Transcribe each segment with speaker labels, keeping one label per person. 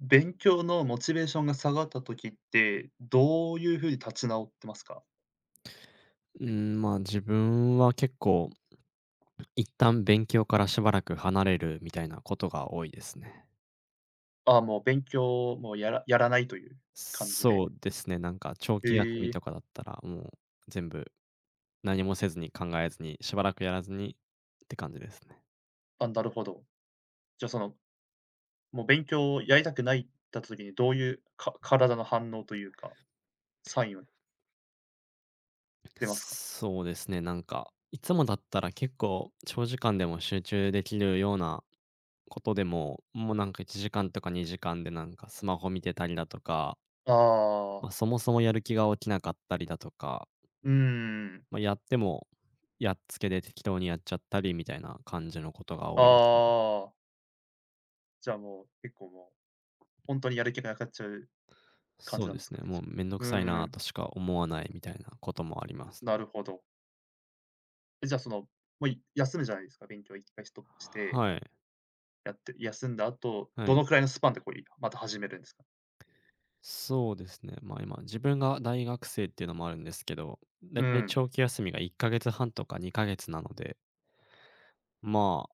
Speaker 1: 勉強のモチベーションが下がった時って、どういうふうに立ち直ってますか？
Speaker 2: うん、まあ、自分は結構、一旦勉強からしばらく離れるみたいなことが多いですね。
Speaker 1: ああ、もう勉強、もうやらないという感じで。
Speaker 2: そうですね、なんか長期休
Speaker 1: へ
Speaker 2: み
Speaker 1: え、
Speaker 2: とかだったら、もう全部何もせずに考えずに、しばらくやらずにって感じですね。
Speaker 1: あ、なるほど。じゃあ、もう勉強をやりたくないってなった時に、どういうか体の反応というか、サインは出ますか？
Speaker 2: そうですね、なんか、いつもだったら結構長時間でも集中できるようなことでも、もうなんか1時間とか2時間でなんかスマホ見てたりだとか、
Speaker 1: あ
Speaker 2: まあ、
Speaker 1: あ、
Speaker 2: そもそもやる気が起きなかったりだとか、
Speaker 1: うーん。
Speaker 2: ま、やっても、やっつけで適当にやっちゃったりみたいな感じのことが
Speaker 1: あ
Speaker 2: 多いですね。
Speaker 1: あ、じゃあもう、結構もう、本当にやる気がなくなっちゃう感
Speaker 2: そ
Speaker 1: じ
Speaker 2: う
Speaker 1: なん
Speaker 2: で
Speaker 1: です
Speaker 2: すね、
Speaker 1: かね、じ
Speaker 2: もう
Speaker 1: ゃあ。
Speaker 2: めんど
Speaker 1: う
Speaker 2: くさい
Speaker 1: ー
Speaker 2: な
Speaker 1: ん、
Speaker 2: としか思わないみたいなこともありますね。
Speaker 1: なるほど。え、じゃあ、もう、い休むじゃないですか、勉強一回ストップして
Speaker 2: はい、
Speaker 1: やって、休んだ後、
Speaker 2: は
Speaker 1: ど
Speaker 2: い。
Speaker 1: のくらいのスパンでこう、いまた始めるんですか？
Speaker 2: そうですね、ま、今、自分が大学生っていうのもあるんですけど、だ
Speaker 1: う
Speaker 2: いたい
Speaker 1: ん、
Speaker 2: 長期休みが1か月半とか2か月なので、まあ、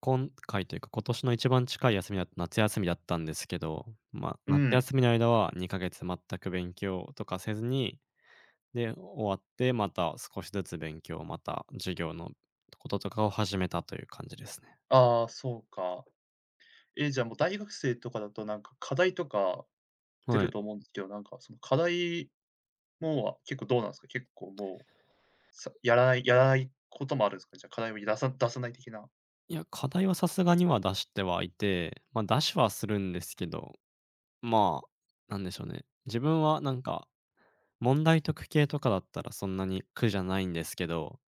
Speaker 2: 今回というか今年の一番近い休みだと夏休みだったんですけど、ま、
Speaker 1: う
Speaker 2: 夏
Speaker 1: ん。
Speaker 2: 休みの間は2か月全く勉強とかせずに、で、終わって、また少しずつ勉強、また授業のこととかを始めたという感じですね。
Speaker 1: ああ、そうか。え、じゃあもう大学生とかだとなんか課題とか出
Speaker 2: は
Speaker 1: る
Speaker 2: い。
Speaker 1: と思うんですけど、なんかその課題もは結構どうなんですか？結構もう、さやらないこともあるんですか？じゃあ課題を出さない的な。
Speaker 2: いや、課題はさすがには出してはいて、ま、出しはするんですけど、まあ、なんでしょうね。自分はなんか、問題解く系とかだったらそんなに苦じゃないんですけど、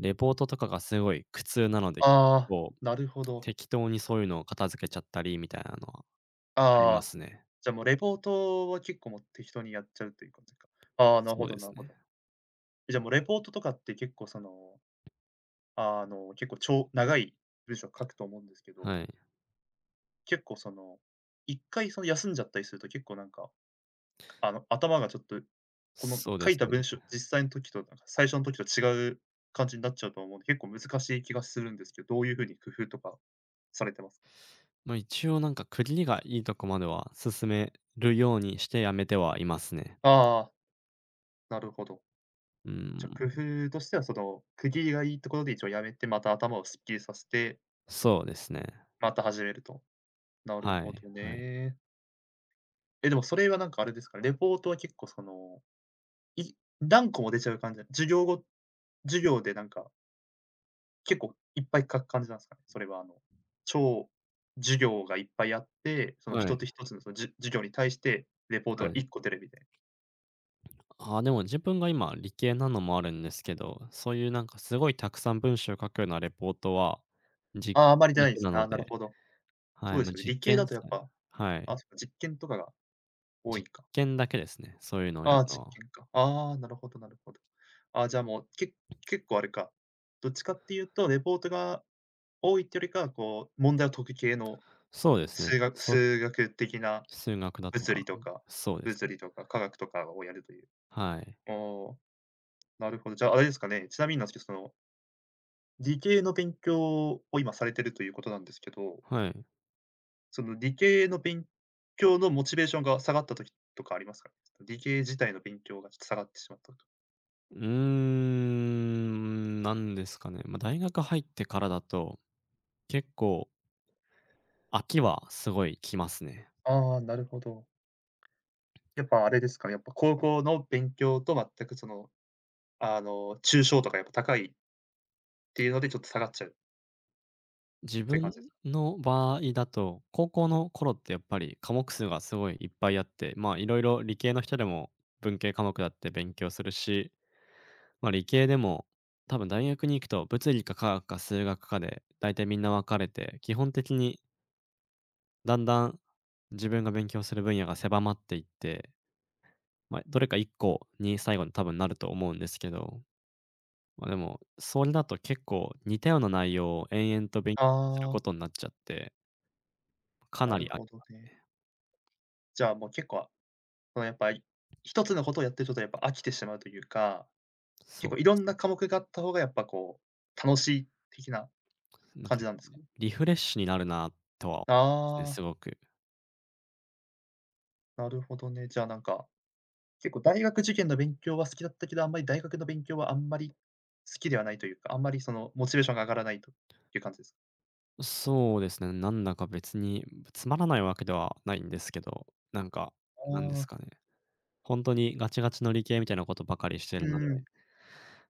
Speaker 2: レポートとかがすごい苦痛なので、
Speaker 1: ああ、
Speaker 2: こう、
Speaker 1: なるほど。
Speaker 2: 適当にそういうのを片付けちゃったりみたいなのはありま
Speaker 1: ああ、
Speaker 2: すね。
Speaker 1: じゃあもうレポートは結構もう適当にやっちゃうという感じか。ああ、なる
Speaker 2: そ
Speaker 1: ほ
Speaker 2: う
Speaker 1: ど
Speaker 2: で
Speaker 1: な
Speaker 2: す
Speaker 1: るほ
Speaker 2: ね。
Speaker 1: ど。じゃあもうレポートとかって結構その結構長い文章を書くと思うんですけど、
Speaker 2: はい。
Speaker 1: 結構その、一回その休んじゃったりすると結構なんか、頭がちょっと、この
Speaker 2: そうで
Speaker 1: 書い
Speaker 2: す
Speaker 1: た
Speaker 2: ね。
Speaker 1: 文章、実際の時となんか最初の時と違う感じになっちゃうと思うので、結構難しい気がするんですけど、どういう風に工夫とかされてますか？
Speaker 2: まあ、一応なんか区切りがいいとこまでは進めるようにしてやめてはいますね。
Speaker 1: ああ、なるほど。
Speaker 2: う
Speaker 1: じゃあ、工
Speaker 2: ん、
Speaker 1: 夫としてはその、区切りがいいところで一応やめて、また頭をすっきりさせて、
Speaker 2: そうですね。
Speaker 1: また始めると。なる
Speaker 2: は
Speaker 1: ほ
Speaker 2: い、
Speaker 1: ど
Speaker 2: はい。
Speaker 1: ね。え、でもそれはなんかあれですか、レポートは結構そのい何個も出ちゃう感じな授業後、授業でなんか、結構いっぱい書く感じなんすかね？それは超授業がいっぱいあって、その
Speaker 2: は
Speaker 1: 一
Speaker 2: い、
Speaker 1: つ一つのそのじゅ授業に対して、レポート
Speaker 2: は
Speaker 1: が
Speaker 2: い。
Speaker 1: 一個出るみたいな。
Speaker 2: あーでも自分が今理系なのもあるんですけど、そういうなんかすごいたくさん文章を書くようなレポートは、実
Speaker 1: ああ、あまり出
Speaker 2: だ
Speaker 1: ないで
Speaker 2: け
Speaker 1: す
Speaker 2: な
Speaker 1: ね。あ
Speaker 2: の
Speaker 1: あ、なる
Speaker 2: で、
Speaker 1: ほど。
Speaker 2: は
Speaker 1: そう
Speaker 2: い、
Speaker 1: で
Speaker 2: ま
Speaker 1: す
Speaker 2: あ、
Speaker 1: よね。
Speaker 2: 実
Speaker 1: 理系だ
Speaker 2: 験
Speaker 1: と
Speaker 2: さ
Speaker 1: やっ
Speaker 2: え
Speaker 1: ぱ、
Speaker 2: はい、
Speaker 1: あ、そっか、実験とかが多い
Speaker 2: 実
Speaker 1: か。
Speaker 2: 験だけですね、そういうのをや
Speaker 1: あ
Speaker 2: る
Speaker 1: あ、
Speaker 2: の
Speaker 1: 実
Speaker 2: は。
Speaker 1: 験か。ああ、なるほど。ああ、じゃあもう、け結構あれか、どっちかっていうと、レポートが多いってよりかは、こう問題を解く系の
Speaker 2: そうですね。
Speaker 1: 数学数学的な
Speaker 2: 数学だと
Speaker 1: 物理
Speaker 2: か、
Speaker 1: とか
Speaker 2: そうです
Speaker 1: 物
Speaker 2: ね。
Speaker 1: 理とか化学とかをやるという。
Speaker 2: はい、
Speaker 1: ああ、なるほど。じゃあ、あれですかね、ちなみになんですけど、その、理系の勉強を今されてるということなんですけど、
Speaker 2: はい。
Speaker 1: その理系の勉強のモチベーションが下がった時とかありますかね？理系自体の勉強がちょっと下がってしまったとか。
Speaker 2: うーん、なんですかね。まあ、大学入ってからだと、結構飽きはすごい来ますね。
Speaker 1: ああ、なるほど。やっぱあれですかね、やっぱ高校の勉強と全くその、抽象とかやっぱ高いっていうので、ちょっと下がっちゃう
Speaker 2: 自
Speaker 1: という
Speaker 2: 分
Speaker 1: 感じですか？
Speaker 2: の場合だと、高校の頃ってやっぱり科目数がすごいいっぱいあって、まあ、いろいろ理系の人でも文系科目だって勉強するし、ま、理系でも多分大学に行くと物理か化学か数学かで大体みんな分かれて、基本的にだんだん自分が勉強する分野が狭まっていって、まあ、どれか1個に最後に多分なると思うんですけど、まあ、でも、それだと結構似たような内容を延々と勉強
Speaker 1: あ
Speaker 2: するこ
Speaker 1: あ、
Speaker 2: とになっちゃって、か
Speaker 1: な
Speaker 2: な
Speaker 1: る
Speaker 2: り、
Speaker 1: ほどね。じゃあもう結構こうやっぱ、り一つのことをやってるとちょっとやっぱ飽きてしまうというか、
Speaker 2: そう
Speaker 1: 結
Speaker 2: で
Speaker 1: 構いろ
Speaker 2: す
Speaker 1: んな
Speaker 2: ね、
Speaker 1: 科目があった方がやっぱこう、楽しい的な
Speaker 2: なん
Speaker 1: 感
Speaker 2: か、
Speaker 1: じなんですか？
Speaker 2: リフレッシュになるなってね
Speaker 1: あ
Speaker 2: すごく。
Speaker 1: あ、なるほどね。じゃあなんか、結構大学受験の勉強は好きだったけど、あんまり大学の勉強はあんまり好きではないというか、あんまりそのモチベーションが上がらないという感じですか？
Speaker 2: そうですね、なんだか別につまらないわけではないんですけど、なんか、なんで
Speaker 1: あ
Speaker 2: す
Speaker 1: あ、
Speaker 2: かね、本当にガチガチの理系みたいなことばかりして
Speaker 1: う
Speaker 2: るので、
Speaker 1: ん。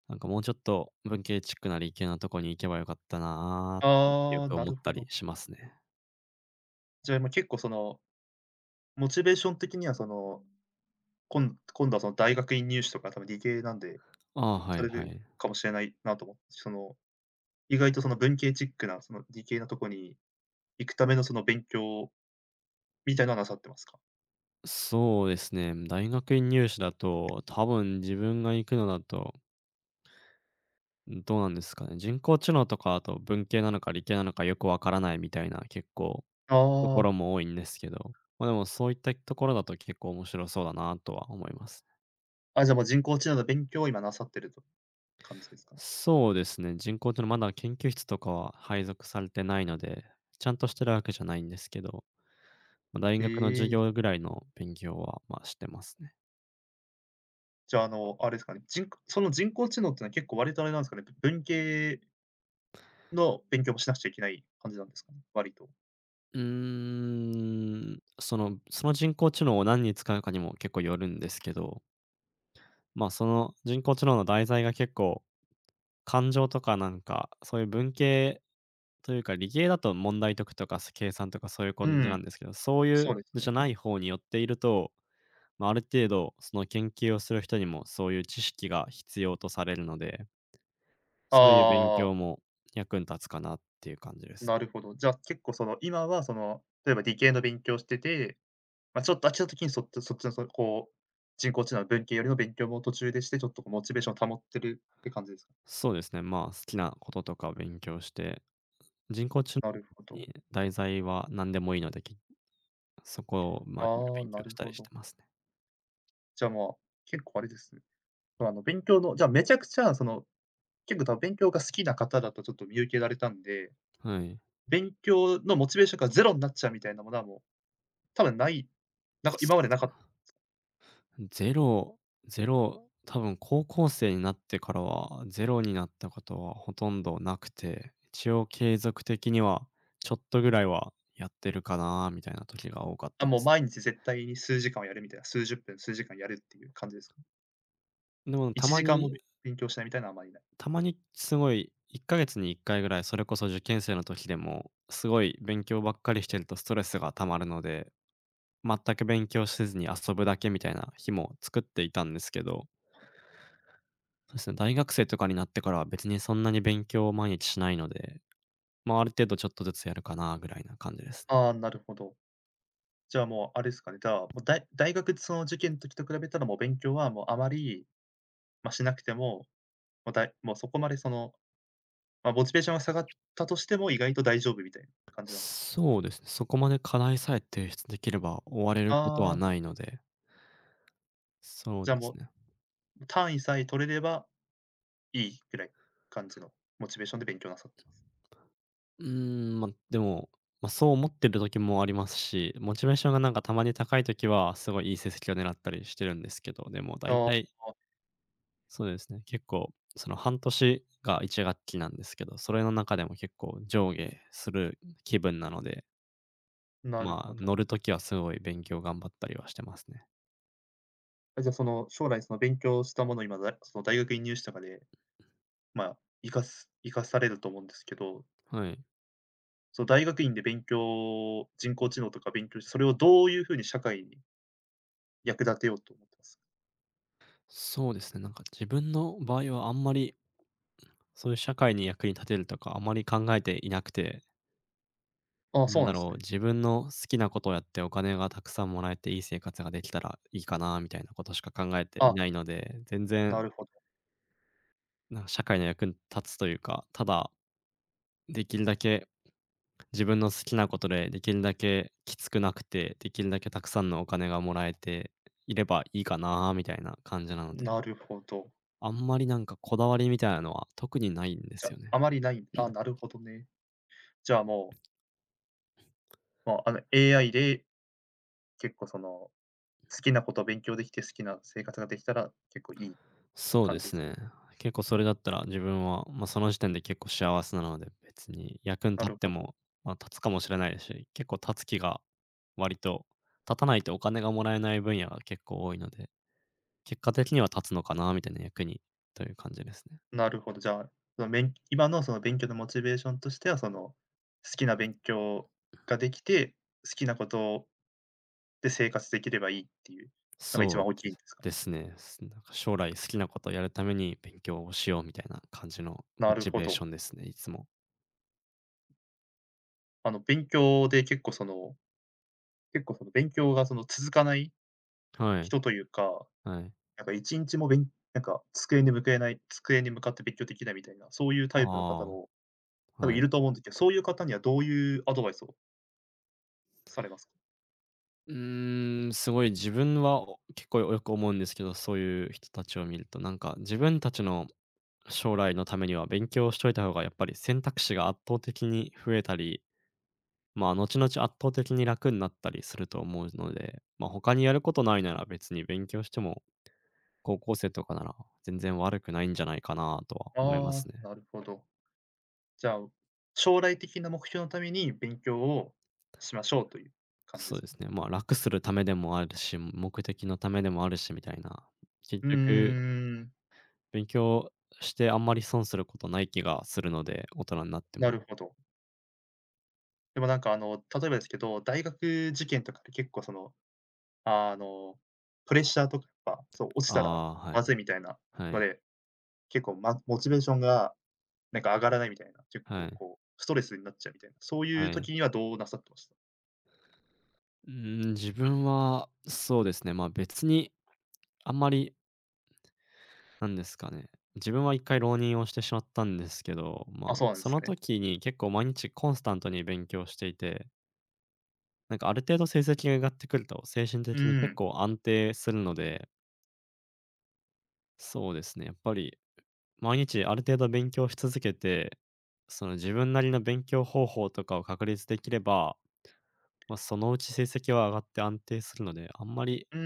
Speaker 2: なんかもうちょっと文系チックな理系なとこに行けばよかったなあ、よ
Speaker 1: ああ、
Speaker 2: く
Speaker 1: な
Speaker 2: 思っ
Speaker 1: る
Speaker 2: た
Speaker 1: ほ
Speaker 2: り
Speaker 1: ど。
Speaker 2: しますね。
Speaker 1: じゃあ、ま、結構その、モチベーション的にはその、こん今度はその大学院入試とか多分理系なんで、
Speaker 2: ああ、は
Speaker 1: さ
Speaker 2: い
Speaker 1: れ
Speaker 2: は
Speaker 1: る
Speaker 2: い。
Speaker 1: かもしれないなと思って、その意外とその文系チックな、その理系なとこに行くためのその勉強みたいのはなさってますか？
Speaker 2: そうですね。大学院入試だと、多分自分が行くのだと、どうなんですかね。人工知能とか、あと文系なのか理系なのかよくわからないみたいな結構とこ
Speaker 1: ああ、
Speaker 2: ろも多いんですけど、まあ、でもそういったところだと結構面白そうだなとは思います。
Speaker 1: あ、じゃあもう人工知能の勉強を今なさってると感じですかね？
Speaker 2: そうですね。人工知能まだ研究室とかは配属されてないので、ちゃんとしてるわけじゃないんですけど、まあ、大学の授
Speaker 1: ええ。
Speaker 2: 業ぐらいの勉強はまあしてますね。
Speaker 1: じゃあ、あれですかね、人工その人工知能ってのは結構割とあれなんですかね、ぶ文系の勉強もしなくちゃいけない感じなんですかね？割と。
Speaker 2: うーん、そのその人工知能を何に使うかにも結構よるんですけど、まあ、その人工知能の題材が結構、感情とかなんか、そういう文系というか、理系だと問題解くとか、計算とかそういう感
Speaker 1: う
Speaker 2: じな
Speaker 1: ん、
Speaker 2: んですけど、そういう
Speaker 1: そうで
Speaker 2: の
Speaker 1: す
Speaker 2: じゃ
Speaker 1: ね。
Speaker 2: ない方に寄っていると、まあ、ある程度その研究をする人にもそういう知識が必要とされるので、そういう勉
Speaker 1: あ
Speaker 2: 強
Speaker 1: あ、
Speaker 2: も役に立つかなっていう感じです。
Speaker 1: なるほど。じゃあ結構その今はその、例えば理系の勉強しててまあ、ちょっと飽きた時にそっちのそこう、人工知能の文系よりの勉強も途中でして、ちょっとこうモチベーションを保ってるって感じですか？
Speaker 2: そうですね、まあ、好きなこととかを勉強して、人工知能
Speaker 1: なるほど。
Speaker 2: に題材は何でもいいので、そこを、まあ、いろいろ
Speaker 1: ああ、
Speaker 2: 勉
Speaker 1: な
Speaker 2: 強し
Speaker 1: る
Speaker 2: た
Speaker 1: ほ
Speaker 2: りして
Speaker 1: ど。
Speaker 2: ますね。
Speaker 1: じゃあ、まあ、結構あれですね。まあの、勉強のじゃあ、めちゃくちゃその、結構多分勉強が好きな方だとちょっと見受けられたんで、
Speaker 2: はい。
Speaker 1: 勉強のモチベーションがゼロになっちゃうみたいなものはもう、多分ない、なんか今までなか
Speaker 2: すゼロゼロ多分高校生になってからは、ゼロになったことはほとんどなくて、一応継続的にはちょっとぐらいはやってるかなみたいな時が多かっ
Speaker 1: あ、
Speaker 2: たで
Speaker 1: もう
Speaker 2: す。
Speaker 1: 毎日絶対に数時間はやるみたいな、数十分、数時間やるっていう感じですか
Speaker 2: でも
Speaker 1: ？1
Speaker 2: たま
Speaker 1: 時間も
Speaker 2: に
Speaker 1: 勉強しないみたいなのはあまりない。
Speaker 2: たまにすごい1ヶ月に1回ぐらい、それこそ受験生の時でも、すごい勉強ばっかりしてるとストレスがたまるので全く勉強せずに遊ぶだけみたいな日も作っていたんですけど、そうですね、大学生とかになってからは別にそんなに勉強を毎日しないので、まあ、ある程度ちょっとずつやるかなぐらいな感じですね。
Speaker 1: ああ、なるほど。じゃあ、もうあれですかね、じゃあ、もう大大学その受験の時と比べたら、もう勉強はもうあまり、ま、しなくても、もうだいもうそこまでその、ま、モチベーションが下がったとしても、意外と大丈夫みたいな感じなんですか？
Speaker 2: そうですね、そこまで課題さえ提出できれば終われることは
Speaker 1: ああ、
Speaker 2: ないので、そう
Speaker 1: じゃ
Speaker 2: で
Speaker 1: あ、
Speaker 2: す
Speaker 1: も
Speaker 2: ね。
Speaker 1: う単位さえ取れればいいぐらい感じのモチベーションで勉強なさってます。
Speaker 2: うーん、まあ、でも、まあ、そう思ってる時もありますし、モチベーションがなんかたまに高い時はすごいいい成績を狙ったりしてるんですけど、でも大
Speaker 1: ああ、
Speaker 2: 体そうですね。結構、その半年が1学期なんですけど、それの中でも結構上下する気分なので、
Speaker 1: なる
Speaker 2: ま
Speaker 1: ほ
Speaker 2: あ、
Speaker 1: ど。
Speaker 2: 乗るときはすごい勉強頑張ったりはしてますね。
Speaker 1: え、じゃあ、その将来その勉強したものを今だその大学院入試とかで、まあ、活かす活かされると思うんですけど、
Speaker 2: はい。
Speaker 1: その大学院で勉強人工知能とか勉強して、それをどういうふうに社会に役立てようと思ってます？
Speaker 2: そうですね、なんか自分の場合はあんまり、そういう社会に役に立てるとかあまり考えていなくて、
Speaker 1: ああ、
Speaker 2: な
Speaker 1: そ
Speaker 2: ん
Speaker 1: うな
Speaker 2: だ
Speaker 1: んで
Speaker 2: ろ
Speaker 1: す
Speaker 2: う、
Speaker 1: ね。
Speaker 2: 自分の好きなことをやってお金がたくさんもらえていい生活ができたらいいかなみたいなことしか考えてい
Speaker 1: あ、
Speaker 2: ないので、全然
Speaker 1: なるほど。
Speaker 2: なんか社会の役に立つというか、ただできるだけ自分の好きなことでできるだけきつくなくて、できるだけたくさんのお金がもらえていればいいかなみたいな感じなので、
Speaker 1: なるほど。
Speaker 2: あんまりなんかこだわりみたいなのは特にないんで
Speaker 1: じゃ、
Speaker 2: すよね。
Speaker 1: あまりない、あ、なるほどね。じゃあもう、まあ、AI で結構その、好きなことを勉強できて、好きな生活ができたら結構いい
Speaker 2: そう
Speaker 1: 感
Speaker 2: で
Speaker 1: じで
Speaker 2: す
Speaker 1: すか？
Speaker 2: ね。結構それだったら自分は、まあ、その時点で結構幸せなので、別に役に立
Speaker 1: な
Speaker 2: っ
Speaker 1: る
Speaker 2: て
Speaker 1: ほど。
Speaker 2: も、まあ、立つかもしれないですし、結構立つ気が割と立たないとお金がもらえない分野が結構多いので、結果的には立つのかなみたいな役にという感じですね。
Speaker 1: なるほど。じゃあ、その、べん今のその勉強のモチベーションとしては、その、好きな勉強ができて、好きなことで、生活できればいいっていうのが一番大きいんですかね。
Speaker 2: ですね。なんか将来好きなことをやるために勉強をしようみたいな感じのモ
Speaker 1: なる
Speaker 2: チ
Speaker 1: ほ
Speaker 2: ベーシ
Speaker 1: ど。
Speaker 2: ョンですね、いつも。
Speaker 1: 勉強で結構その勉強がその続かない
Speaker 2: はい、
Speaker 1: 人というか、
Speaker 2: はい。
Speaker 1: なんか1日もべんなんか机に向けない机に向かって勉強できないみたいな、そういうタイプの方
Speaker 2: あ
Speaker 1: も
Speaker 2: あ、
Speaker 1: 多分
Speaker 2: は
Speaker 1: い
Speaker 2: い。
Speaker 1: ると思うんですけど、そういう方にはどういうアドバイスをされますか？
Speaker 2: うーん、すごい自分は結構よく思うんですけど、そういう人たちを見ると、なんか自分たちの将来のためには勉強しといた方がやっぱり選択肢が圧倒的に増えたり、まあ、後々圧倒的に楽になったりすると思うので、まあ、他にやることないなら別に勉強しても高校生とかなら、全然悪くないんじゃないかなとは思いま
Speaker 1: あ
Speaker 2: す
Speaker 1: あ、
Speaker 2: ね。
Speaker 1: なるほど。じゃあ、将来的な目標のために勉強をしましょうという感じで
Speaker 2: そう
Speaker 1: す
Speaker 2: で
Speaker 1: か？
Speaker 2: すね、まあ、楽するためでもあるし、目的のためでもあるしみたいな。結
Speaker 1: うー
Speaker 2: 局、
Speaker 1: ん、
Speaker 2: 勉強してあんまり損することない気がするので、大人になっても。
Speaker 1: なるほど。でもなんかあの、例えばですけど、大学受験とかって結構その、あの、プレッシャーとかやっぱ、そう、落ち
Speaker 2: あ
Speaker 1: たら
Speaker 2: あ、はい。
Speaker 1: まずいみたいな
Speaker 2: は
Speaker 1: の
Speaker 2: い。
Speaker 1: で、結構まモチベーションがなんか上がらないみたいな、結
Speaker 2: は
Speaker 1: 構
Speaker 2: い。
Speaker 1: こう、ストレスになっちゃうみたいな、そうい
Speaker 2: は
Speaker 1: う
Speaker 2: い。
Speaker 1: 時にはどうなさってました？
Speaker 2: うーん、自分はそうですね、まあ、別にあんまり、なんですかね、自分は一回浪人をしてしまったんですけど、ま
Speaker 1: あ、
Speaker 2: あ、
Speaker 1: そうなんで
Speaker 2: そ
Speaker 1: す
Speaker 2: の
Speaker 1: ね。
Speaker 2: 時に結構毎日コンスタントに勉強していてなんかある程度成績が上がってくると、精神
Speaker 1: う
Speaker 2: 的に結
Speaker 1: ん。
Speaker 2: 構安定するので、そうですね、やっぱり毎日ある程度勉強し続けて、その自分なりの勉強方法とかを確立できれば、まあ、そのうち成績は上がって安定するので、あんまり、
Speaker 1: うー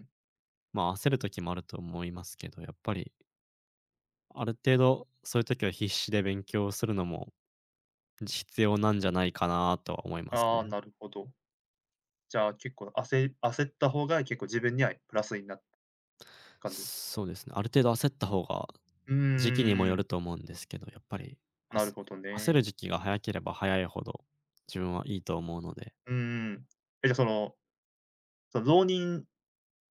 Speaker 1: ん。
Speaker 2: まあ、焦る時もあると思いますけど、やっぱりある程度そういう時は必死で勉強するのも、必要なんじゃないかなとは思います
Speaker 1: ああ、
Speaker 2: ね。
Speaker 1: なるほど。じゃあ結構焦焦った方が結構自分にはプラスになった感じですか？
Speaker 2: そうですね。ある程度焦った方が、
Speaker 1: うー
Speaker 2: 時期にもよ
Speaker 1: ん。
Speaker 2: ると思うんですけど、やっぱり、あ
Speaker 1: なる
Speaker 2: せ
Speaker 1: ほど
Speaker 2: 焦る
Speaker 1: ね。
Speaker 2: 時期が早ければ早いほど、自分はいいと思うので、
Speaker 1: うんん。え、じゃあその、その浪人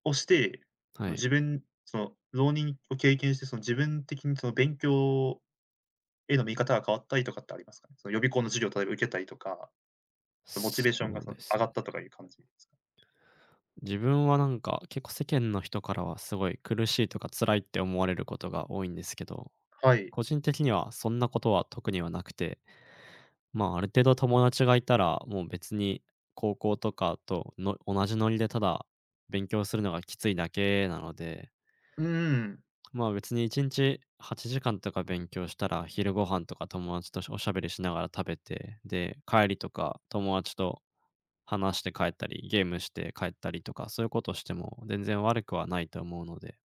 Speaker 1: をして、
Speaker 2: は
Speaker 1: その
Speaker 2: い。
Speaker 1: 自分その浪人を経験して、その自分的にその勉強への見方が変わったりとかってありますかね？その予備校の授業を例えば受けたりとか、そのモチベーション
Speaker 2: そ
Speaker 1: が
Speaker 2: う
Speaker 1: その
Speaker 2: です
Speaker 1: 上がっ
Speaker 2: ね。
Speaker 1: たとかいう感じですか？
Speaker 2: 自分はなんか、結構世間の人からはすごい苦しいとか辛いって思われることが多いんですけど、
Speaker 1: はい。
Speaker 2: 個人的にはそんなことは特にはなくて、まあ、ある程度友達がいたら、もう別に高校とかとの同じノリでただ勉強するのがきついだけなので、
Speaker 1: うん。
Speaker 2: まあ、別に1日8時間とか勉強したら、昼ご飯とか友達とおしゃべりしながら食べて、で、帰りとか友達と話して帰ったり、ゲームして帰ったりとか、そういうことしても全然悪くはないと思うので、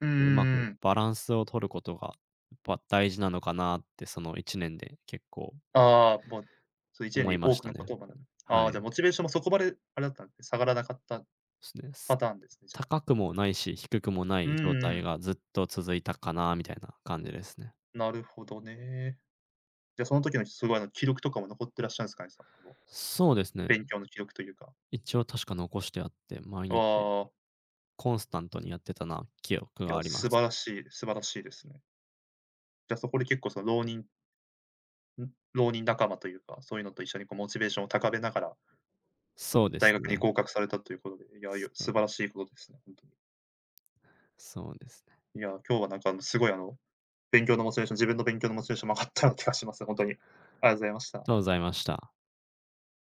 Speaker 1: うんう
Speaker 2: うま
Speaker 1: んう
Speaker 2: く
Speaker 1: ん。
Speaker 2: バランスを取ることが、やっぱ大事なのかなって、その1年で結構
Speaker 1: ああ、もう、そう1年
Speaker 2: 思い
Speaker 1: に
Speaker 2: ま
Speaker 1: 多
Speaker 2: し
Speaker 1: く
Speaker 2: た
Speaker 1: のこ
Speaker 2: ね。
Speaker 1: とを学ぶ。あ
Speaker 2: は
Speaker 1: あ、
Speaker 2: い。
Speaker 1: じゃあ
Speaker 2: で
Speaker 1: モチベーションもそこまであれだったんですね、下がらなかった
Speaker 2: すね。
Speaker 1: パターンですね、じゃあ。
Speaker 2: 高くもないし、低くもな
Speaker 1: う
Speaker 2: い状
Speaker 1: んう
Speaker 2: 態
Speaker 1: ん。
Speaker 2: がずっと続いたかなみたいな感じですね。
Speaker 1: なるほどね。じゃあその時のすごいあの記録とかも残ってらっしゃるんですかね？その
Speaker 2: そうですね。
Speaker 1: 勉強の記録というか。
Speaker 2: 一応確か残してあって、毎
Speaker 1: あ
Speaker 2: 日
Speaker 1: あ。
Speaker 2: コンスタントにやってたな記憶
Speaker 1: い
Speaker 2: が
Speaker 1: や、
Speaker 2: ありま
Speaker 1: 素
Speaker 2: す。
Speaker 1: 晴らしい素晴らしいですね。じゃあ、そこで結構その浪人ん、浪人仲間というか、そういうのと一緒にこうモチベーションを高めながら、
Speaker 2: そうで
Speaker 1: 大
Speaker 2: す
Speaker 1: 学に
Speaker 2: ね。
Speaker 1: 合格されたということで、いや、いや
Speaker 2: そう
Speaker 1: 素
Speaker 2: で
Speaker 1: 晴らしいことですね、本当
Speaker 2: そうですね。あ
Speaker 1: に。いや、今日はなんかあの、すごいあの、勉強のモチベーション自分の勉強のモチベーションも上がったような気がします。本当に。ありがとうございまし
Speaker 2: りが
Speaker 1: た。
Speaker 2: とうございました。